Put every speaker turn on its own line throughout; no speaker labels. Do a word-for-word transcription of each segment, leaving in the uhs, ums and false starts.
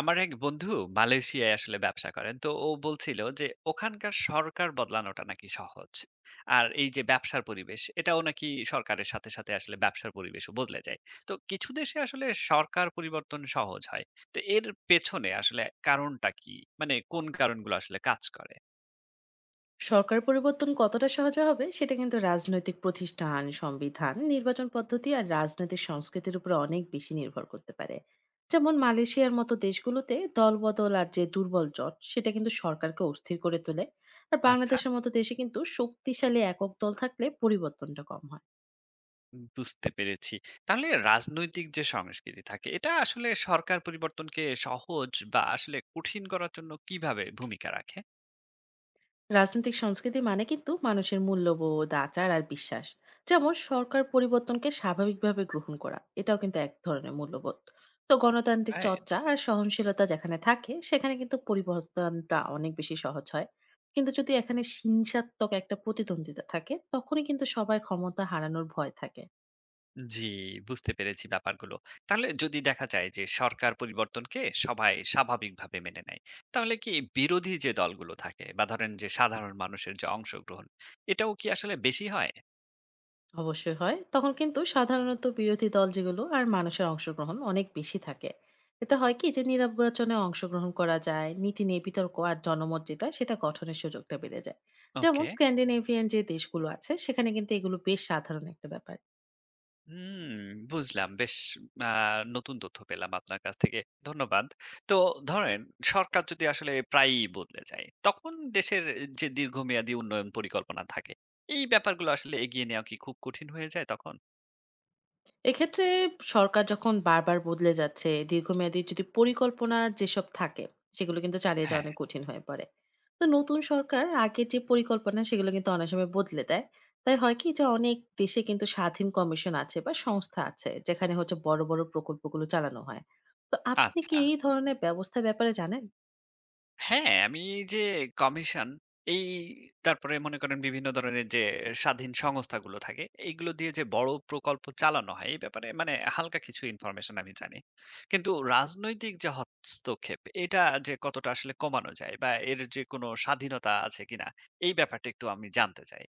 আমার এক বন্ধু মালয়েশিয়ায় আসলে ব্যবসা করেন। তো ও বলছিল যে ওখানকার সরকার বদলানোটা নাকি সহজ, আর এই যে ব্যবসার পরিবেশ এটাও নাকি সরকারের সাথে সাথে আসলে ব্যবসার পরিবেশও বদলে যায়। তো কিছু দেশে আসলে সরকার পরিবর্তন সহজ হয়। তো এর পেছনে আসলে কারণটা কি, মানে কোন কারণগুলো আসলে কাজ করে?
সরকার পরিবর্তন কতটা সহজে হবে সেটা কিন্তু রাজনৈতিক প্রতিষ্ঠান, সংবিধান, নির্বাচন পদ্ধতি আর রাজনৈতিক সংস্কৃতির উপর অনেক বেশি নির্ভর করতে পারে। যেমন মালয়েশিয়ার মতো দেশগুলোতে দলবদল আর যে দুর্বল জোট, সেটা কিন্তু সরকারকে অস্থির করে তোলে। আর
আচ্ছা,
বাংলাদেশের মতো দেশে কিন্তু শক্তিশালী একক দল থাকলে পরিবর্তনটা কম হয়।
বুঝতে পেরেছি। তাহলে রাজনৈতিক যে সংস্কৃতি থাকে এটা আসলে সরকার পরিবর্তনকে সহজ বা আসলে কঠিন করার জন্য কিভাবে ভূমিকা রাখে?
রাজনৈতিক সংস্কৃতি মানে কিন্তু মানুষের মূল্যবোধ, আচার আর বিশ্বাস। যেমন সরকার পরিবর্তনকে স্বাভাবিকভাবে গ্রহণ করা এটাও কিন্তু এক ধরনের মূল্যবোধ। তো গণতান্ত্রিক
রাইট।
চর্চা আর সহনশীলতা যেখানে থাকে সেখানে কিন্তু পরিবর্তনটা অনেক বেশি সহজ হয়। কিন্তু যদি এখানে হিংসাত্মক একটা প্রতিদ্বন্দ্বিতা থাকে, তখনই কিন্তু সবাই ক্ষমতা হারানোর ভয় থাকে।
জি, বুঝতে পেরেছি ব্যাপারগুলো। তাহলে যদি দেখা যায় যে সরকার পরিবর্তনকে সবাই স্বাভাবিকভাবে মেনে নেয়, তাহলে কি বিরোধী যে দলগুলো থাকে বা ধরেন যে সাধারণ মানুষের যে অংশগ্রহণ, এটাও কি আসলে বেশি হয়?
অবশ্যই হয়, তখন কিন্তু সাধারণত বিরোধী দল যেগুলো আর মানুষের অংশগ্রহণ অনেক বেশি থাকে। এতে হয় কি, যে নির্বাচনে অংশগ্রহণ করা যায়, নীতি নিয়ে বিতর্ক আর জনমত যেটা সেটা গঠনের সুযোগটা বেড়ে যায়। যেমন
ওকে।
স্ক্যান্ডিনেভিয়ান যে দেশগুলো আছে, সেখানে কিন্তু এগুলো বেশ সাধারণ একটা ব্যাপার।
হুম, বুঝলাম। বেশ। আ নতুন তথ্য পেলাম আপনার কাছ থেকে। ধন্যবাদ। তো ধরেন সরকার যদি আসলে প্রায়ই বদলে যায়, তখন দেশের যে দীর্ঘমেয়াদী উন্নয়ন পরিকল্পনা থাকে, এই ব্যাপারগুলো আসলে এগিয়ে নেওয়া কি খুব কঠিন হয়ে যায় তখন?
এক্ষেত্রে সরকার যখন বারবার বদলে যাচ্ছে, দীর্ঘমেয়াদী যদি পরিকল্পনা যেসব থাকে, সেগুলো কিন্তু চালিয়ে যাওয়া
হ্যাঁ,
অনেক কঠিন হয়ে পড়ে। তো নতুন সরকার আগের যে পরিকল্পনা সেগুলো কিন্তু অনেক সময় বদলে দেয়। তাই হয় কি, যে অনেক দেশে কিন্তু স্বাধীন কমিশন আছে বা সংস্থা আছে, যেখানে হচ্ছে বড় বড় প্রকল্পগুলো চালানো হয়। তো আপনি কি
আচ্ছা।
এই ধরনের ব্যবস্থার ব্যাপারে জানেন?
হ্যাঁ, আমি যে কমিশন, এই তারপরে মনে করেন বিভিন্ন ধরনের যে স্বাধীন সংস্থাগুলো থাকে, এইগুলো দিয়ে যে বড় প্রকল্প চালানো হয় এই ব্যাপারে মানে হালকা কিছু ইনফরমেশন আমি জানি। কিন্তু রাজনৈতিক যে হস্তক্ষেপ এটা যে কতটা আসলে কমানো যায় বা এর যে কোনো স্বাধীনতা আছে কিনা এই ব্যাপারটা একটু আমি জানতে চাই।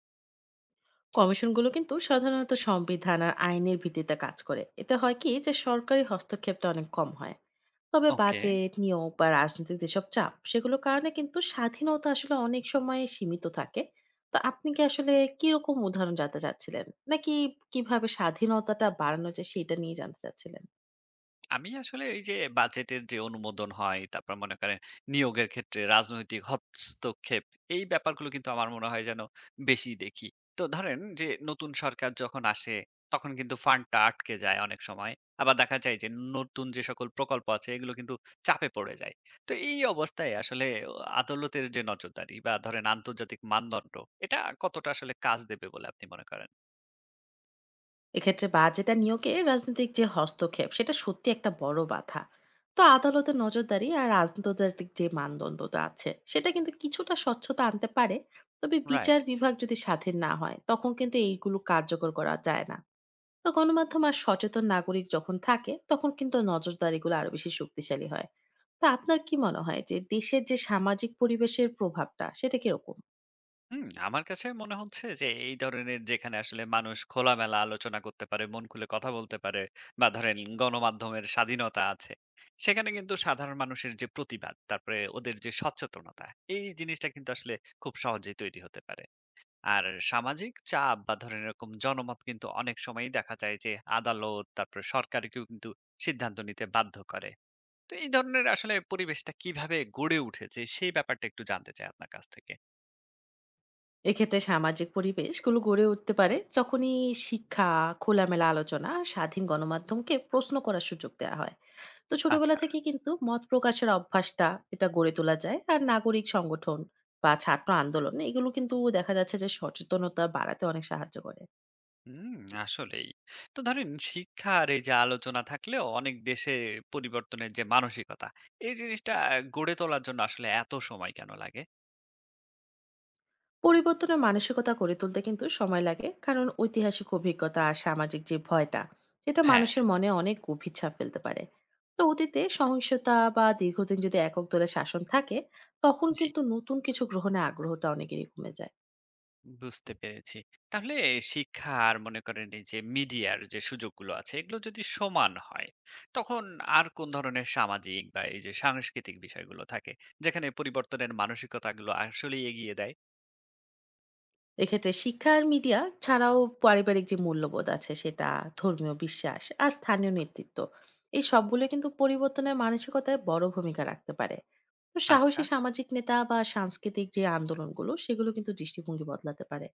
কমিশনগুলো কিন্তু সাধারণত সংবিধান আর আইনের ভিত্তিতে কাজ করে। এতে হয় কি যে সরকারি হস্তক্ষেপটা অনেক কম হয়। তবে
ওকে।
বাজেট, নিয়োগ বা রাজনৈতিক যেসব চাপ, সেগুলোর কারণে কিন্তু স্বাধীনতা আসলে অনেক সময় সীমিত থাকে। তো আপনি কি আসলে কিরকম উদাহরণ জানতে চাচ্ছিলেন? নাকি কিভাবে স্বাধীনতাটা বাড়ানো যায় সেটা নিয়ে জানতে চাচ্ছিলেন?
আমি আসলে এই যে বাজেটের যে অনুমোদন হয়, তারপর মনে করেন নিয়োগের ক্ষেত্রে রাজনৈতিক হস্তক্ষেপ, এই ব্যাপারগুলো কিন্তু আমার মনে হয় যেন বেশি দেখি। তো ধরেন যে নতুন সরকার যখন আসে, তখন কিন্তু ফান্ডটা আটকে যায় অনেক সময়। আবার দেখা যায় যে নতুন যে সকল প্রকল্প আছে, এগুলো কিন্তু চাপে পড়ে যায়। তো এই অবস্থায় আসলে অ আদালতের যে নজরদারি বা ধরেন আন্তর্জাতিক মানদণ্ড, এটা কতটা আসলে কাজ দেবে বলে আপনি মনে করেন?
এক্ষেত্রে বাজেট আর নিয়োগে রাজনৈতিক যে হস্তক্ষেপ, সেটা সত্যি একটা বড় বাধা। তো আদালতের নজরদারি আর রাজনৈতিক যে মানদণ্ডটা আছে, সেটা কিন্তু কিছুটা স্বচ্ছতা আনতে পারে। তবে বিচার
রাইট।
বিভাগ যদি স্বাধীন না হয়, তখন কিন্তু এইগুলো কার্যকর করা যায় না। তো গণমাধ্যম আর সচেতন নাগরিক যখন থাকে, তখন কিন্তু নজরদারিগুলো আরো বেশি শক্তিশালী হয়। তো আপনার কি মনে হয় যে দেশের যে সামাজিক পরিবেশের প্রভাবটা সেটা কিরকম?
হুম, আমার কাছে মনে হচ্ছে যে এই ধরনের যেখানে আসলে মানুষ খোলামেলা আলোচনা করতে পারে, মন খুলে কথা বলতে পারে বা ধরেন গণমাধ্যমের স্বাধীনতা আছে। সেখানে কিন্তু সাধারণ মানুষের যে প্রতিবাদ, তারপরে ওদের যে সচেতনতা, এই জিনিসটা কিন্তু আসলে খুব সহজেই তৈরি হতে পারে। আর সামাজিক চাপ বা ধরেন এরকম জনমত কিন্তু অনেক সময়ই দেখা যায় যে আদালত, তারপরে সরকারকেও কিন্তু সিদ্ধান্ত নিতে বাধ্য করে। তো এই ধরনের আসলে পরিবেশটা কিভাবে গড়ে উঠেছে সেই ব্যাপারটা একটু জানতে চাই আপনার কাছ থেকে।
এক্ষেত্রে সামাজিক পরিবেশগুলো গড়ে উঠতে পারে যখনই শিক্ষা, খোলামেলা আলোচনা আর স্বাধীন গণমাধ্যমকে প্রশ্ন করার সুযোগ দেওয়া হয়। তো ছোটবেলা
আচ্ছা।
থেকে কিন্তু মত প্রকাশের অভ্যাসটা এটা গড়ে তোলা যায়। আর নাগরিক সংগঠন বা ছাত্র আন্দোলন, এগুলো কিন্তু দেখা যাচ্ছে যে সচেতনতা বাড়াতে অনেক সাহায্য করে।
হুম, আসলেই। তো ধরেন শিক্ষা আর এই যে আলোচনা থাকলেও অনেক দেশে পরিবর্তনের যে মানসিকতা, এই জিনিসটা গড়ে তোলার জন্য আসলে এত সময় কেন লাগে?
পরিবর্তনের মানসিকতা গড়ে তুলতে কিন্তু সময় লাগে, কারণ ঐতিহাসিক অভিজ্ঞতা আর সামাজিক যে ভয়টা, সেটা
হ্যাঁ।
মানুষের মনে অনেক গভীর ছাপ ফেলতে পারে। তো অতীতে সহিংসতা বা দীর্ঘদিন যদি একক দলের শাসন থাকে, তখন
জি,
কিন্তু নতুন কিছু গ্রহণে আগ্রহটা অনেকেরই কমে যায়।
বুঝতে পেরেছি। তাহলে শিক্ষা আর মনে করেন এই যে মিডিয়ার যে সুযোগগুলো আছে, এগুলো যদি সমান হয়, তখন আর কোন ধরনের সামাজিক বা এই যে সাংস্কৃতিক বিষয়গুলো থাকে, যেখানে পরিবর্তনের মানসিকতাগুলো আসলেই এগিয়ে দেয়?
এক্ষেত্রে শিক্ষা আর মিডিয়া ছাড়াও পারিবারিক যে মূল্যবোধ আছে সেটা, ধর্মীয় বিশ্বাস আর স্থানীয় নেতৃত্ব, এই সবগুলো কিন্তু পরিবর্তনের মানসিকতায় বড় ভূমিকা রাখতে পারে। তো
আচ্ছা,
সাহসী সামাজিক নেতা বা সাংস্কৃতিক যে আন্দোলনগুলো, সেগুলো কিন্তু দৃষ্টিভঙ্গি বদলাতে পারে।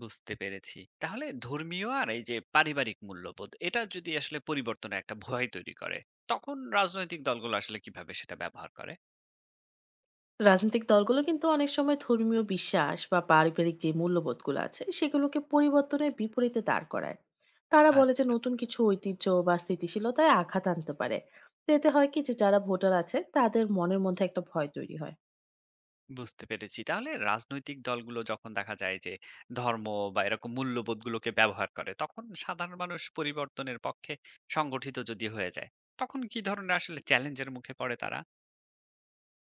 বুঝতে পেরেছি। তাহলে ধর্মীয় আর এই যে পারিবারিক মূল্যবোধ এটা যদি আসলে পরিবর্তনের একটা ভয় তৈরি করে, তখন রাজনৈতিক দলগুলো আসলে কিভাবে সেটা ব্যবহার করে?
রাজনৈতিক দলগুলো কিন্তু অনেক সময় ধর্মীয় বিশ্বাস বা পারিবারিক যে মূল্যবোধগুলো আছে, সেগুলোকে পরিবর্তনের বিপরীতে দাঁড় করায়। তারা বলে যে
আচ্ছা,
নতুন কিছু ঐতিহ্য বা স্থিতিশীলতায় আঘাত আনতে পারে। তো এতে হয় কি, যে যারা ভোটার আছে তাদের মনের মধ্যে একটা ভয় তৈরি হয়।
বুঝতে পেরেছি। তাহলে রাজনৈতিক দলগুলো যখন দেখা যায় যে ধর্ম বা এরকম মূল্যবোধগুলোকে ব্যবহার করে, তখন সাধারণ মানুষ পরিবর্তনের পক্ষে সংগঠিত যদি হয়ে যায়, তখন কি ধরনের আসলে চ্যালেঞ্জের মুখে পড়ে তারা?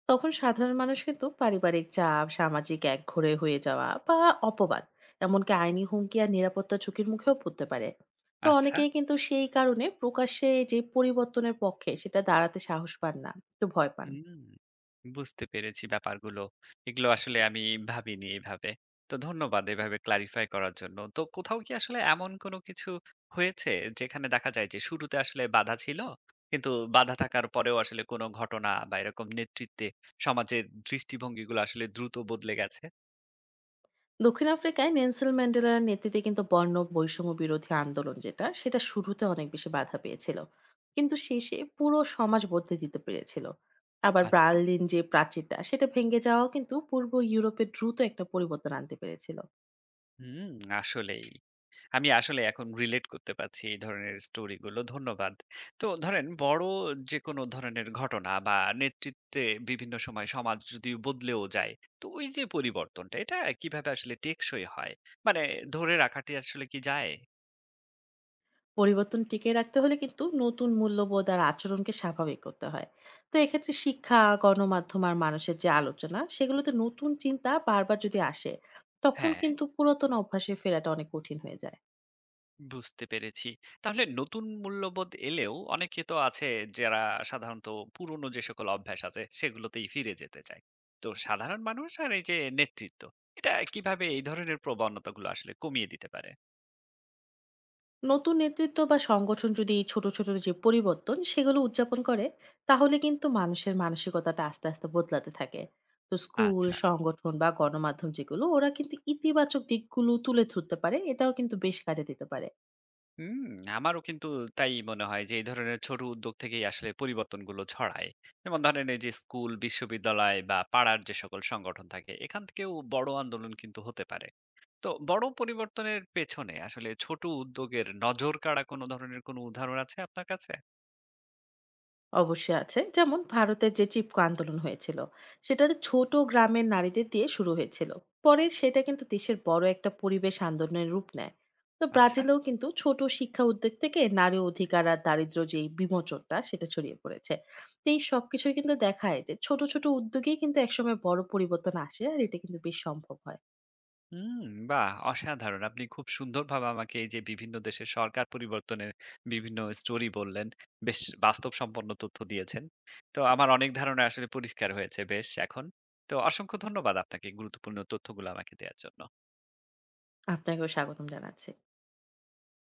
তখন সাধারণ মানুষ কিন্তু পারিবারিক চাপ, সামাজিক একঘরে হয়ে যাওয়া বা অপবাদ, এমনকি আইনি হুমকি আর নিরাপত্তা ঝুঁকির মুখেও পড়তে পারে। তো
আচ্ছা।
অনেকেই কিন্তু সেই কারণে প্রকাশ্যে যে পরিবর্তনের পক্ষে সেটা দাঁড়াতে সাহস পান না, একটু ভয় পান।
হুম, বুঝতে পেরেছি ব্যাপারগুলো। এগুলো আসলে আমি ভাবিনি এভাবে। তো ধন্যবাদ এভাবে ক্লারিফাই করার জন্য। তো কোথাও কি আসলে এমন কোনো কিছু হয়েছে যেখানে দেখা যায় যে শুরুতে আসলে বাধা ছিল, কিন্তু বাধা থাকার পরেও আসলে কোনো ঘটনা বা এরকম নেতৃত্বে সমাজের দৃষ্টিভঙ্গিগুলো আসলে দ্রুত বদলে গেছে?
দক্ষিণ আফ্রিকায় নেলসন ম্যান্ডেলার নেতৃত্বে কিন্তু বর্ণ বৈষম্য বিরোধী আন্দোলন যেটা, সেটা শুরুতে অনেক বেশি বাধা পেয়েছিল। কিন্তু শেষে পুরো সমাজ বদলে দিতে পেরেছিল। আবার
আচ্ছা।
বার্লিন যে প্রাচীরটা সেটা ভেঙে যাওয়াও কিন্তু পূর্ব ইউরোপে দ্রুত একটা পরিবর্তন আনতে পেরেছিল।
হুম, আসলেই। আমি আসলে এখন রিলেট করতে পারছি এই ধরনের স্টোরি গুলো। ধন্যবাদ। তো ধরেন বড় যেকোনো ধরনের ঘটনা বা নেতৃত্বে বিভিন্ন সময় সমাজ যদি বদলেও যায়, তো ওই যে পরিবর্তনটা এটা কিভাবে আসলে টেকসই হয়? মানে ধরে রাখাটি আসলে কি যায়?
পরিবর্তন টিকিয়ে রাখতে হলে কিন্তু নতুন মূল্যবোধ আর আচরণকে স্বাভাবিক করতে হয়। তো এক্ষেত্রে শিক্ষা, গণমাধ্যম আর মানুষের যে আলোচনা, সেগুলোতে নতুন চিন্তা বারবার যদি আসে, তখন
হ্যাঁ,
কিন্তু পুরাতন অভ্যাসে ফেরাটা অনেক কঠিন হয়ে যায়।
বুঝতে পেরেছি। তাহলে নতুন মূল্যবোধ এলেও অনেকে তো আছে যারা সাধারণত পুরনো যে সকল অভ্যাস আছে সেগুলোতেই ফিরে যেতে চায়। তো সাধারণ মানুষ আর এই যে নেতৃত্ব এটা কিভাবে এই ধরনের প্রবণতাগুলো আসলে কমিয়ে দিতে পারে?
নতুন নেতৃত্ব বা সংগঠন যদি এই ছোট ছোট যে পরিবর্তন সেগুলো উদযাপন করে, তাহলে কিন্তু মানুষের মানসিকতাটা আস্তে আস্তে বদলাতে থাকে। তো স্কুল,
আচ্ছা।
সংগঠন বা গণমাধ্যম যেগুলো, ওরা কিন্তু ইতিবাচক দিকগুলো তুলে ধরতে পারে, এটাও কিন্তু বেশ কাজে দিতে পারে।
হুম, আমারও কিন্তু তাই মনে হয় যে এই ধরনের ছোট উদ্যোগ থেকেই আসলে পরিবর্তনগুলো ছড়ায়। যেমন ধরেন এই যে স্কুল, বিশ্ববিদ্যালয় বা পাড়ার যে সকল সংগঠন থাকে এখান থেকেও বড় আন্দোলন কিন্তু হতে পারে। তো বড় পরিবর্তনের পেছনে আসলে ছোট উদ্যোগের নজর কাড়া কোনো ধরনের কোনো উদাহরণ আছে আপনার কাছে?
অবশ্যই আছে। যেমন ভারতের যে চিপকো আন্দোলন হয়েছিল, সেটা ছোট গ্রামের নারীদের দিয়ে শুরু হয়েছিল। পরে সেটা কিন্তু দেশের বড় একটা পরিবেশ আন্দোলনের রূপ নেয়। তো
আচ্ছা।
ব্রাজিলেও কিন্তু ছোট শিক্ষা উদ্যোগ থেকে নারী অধিকার আর দারিদ্র্য যেই বিমোচনটা, সেটা ছড়িয়ে পড়েছে। তো এই সবকিছুই কিন্তু দেখায় যে ছোট, ছোট উদ্যোগেই কিন্তু একসময় বড় পরিবর্তন আসে আর এটা কিন্তু বেশ সম্ভব হয়।
হুম, বাহ! অসাধারণ। আপনি খুব সুন্দরভাবে আমাকে এই যে বিভিন্ন দেশের সরকার পরিবর্তনের বিভিন্ন স্টোরি বললেন, বেশ বাস্তবসম্পন্ন তথ্য দিয়েছেন। তো আমার অনেক ধারণা আসলে পরিষ্কার হয়েছে বেশ এখন। তো অসংখ্য ধন্যবাদ আপনাকে গুরুত্বপূর্ণ তথ্যগুলো আমাকে দেয়ার জন্য।
আপনাকেও স্বাগতম জানাচ্ছি।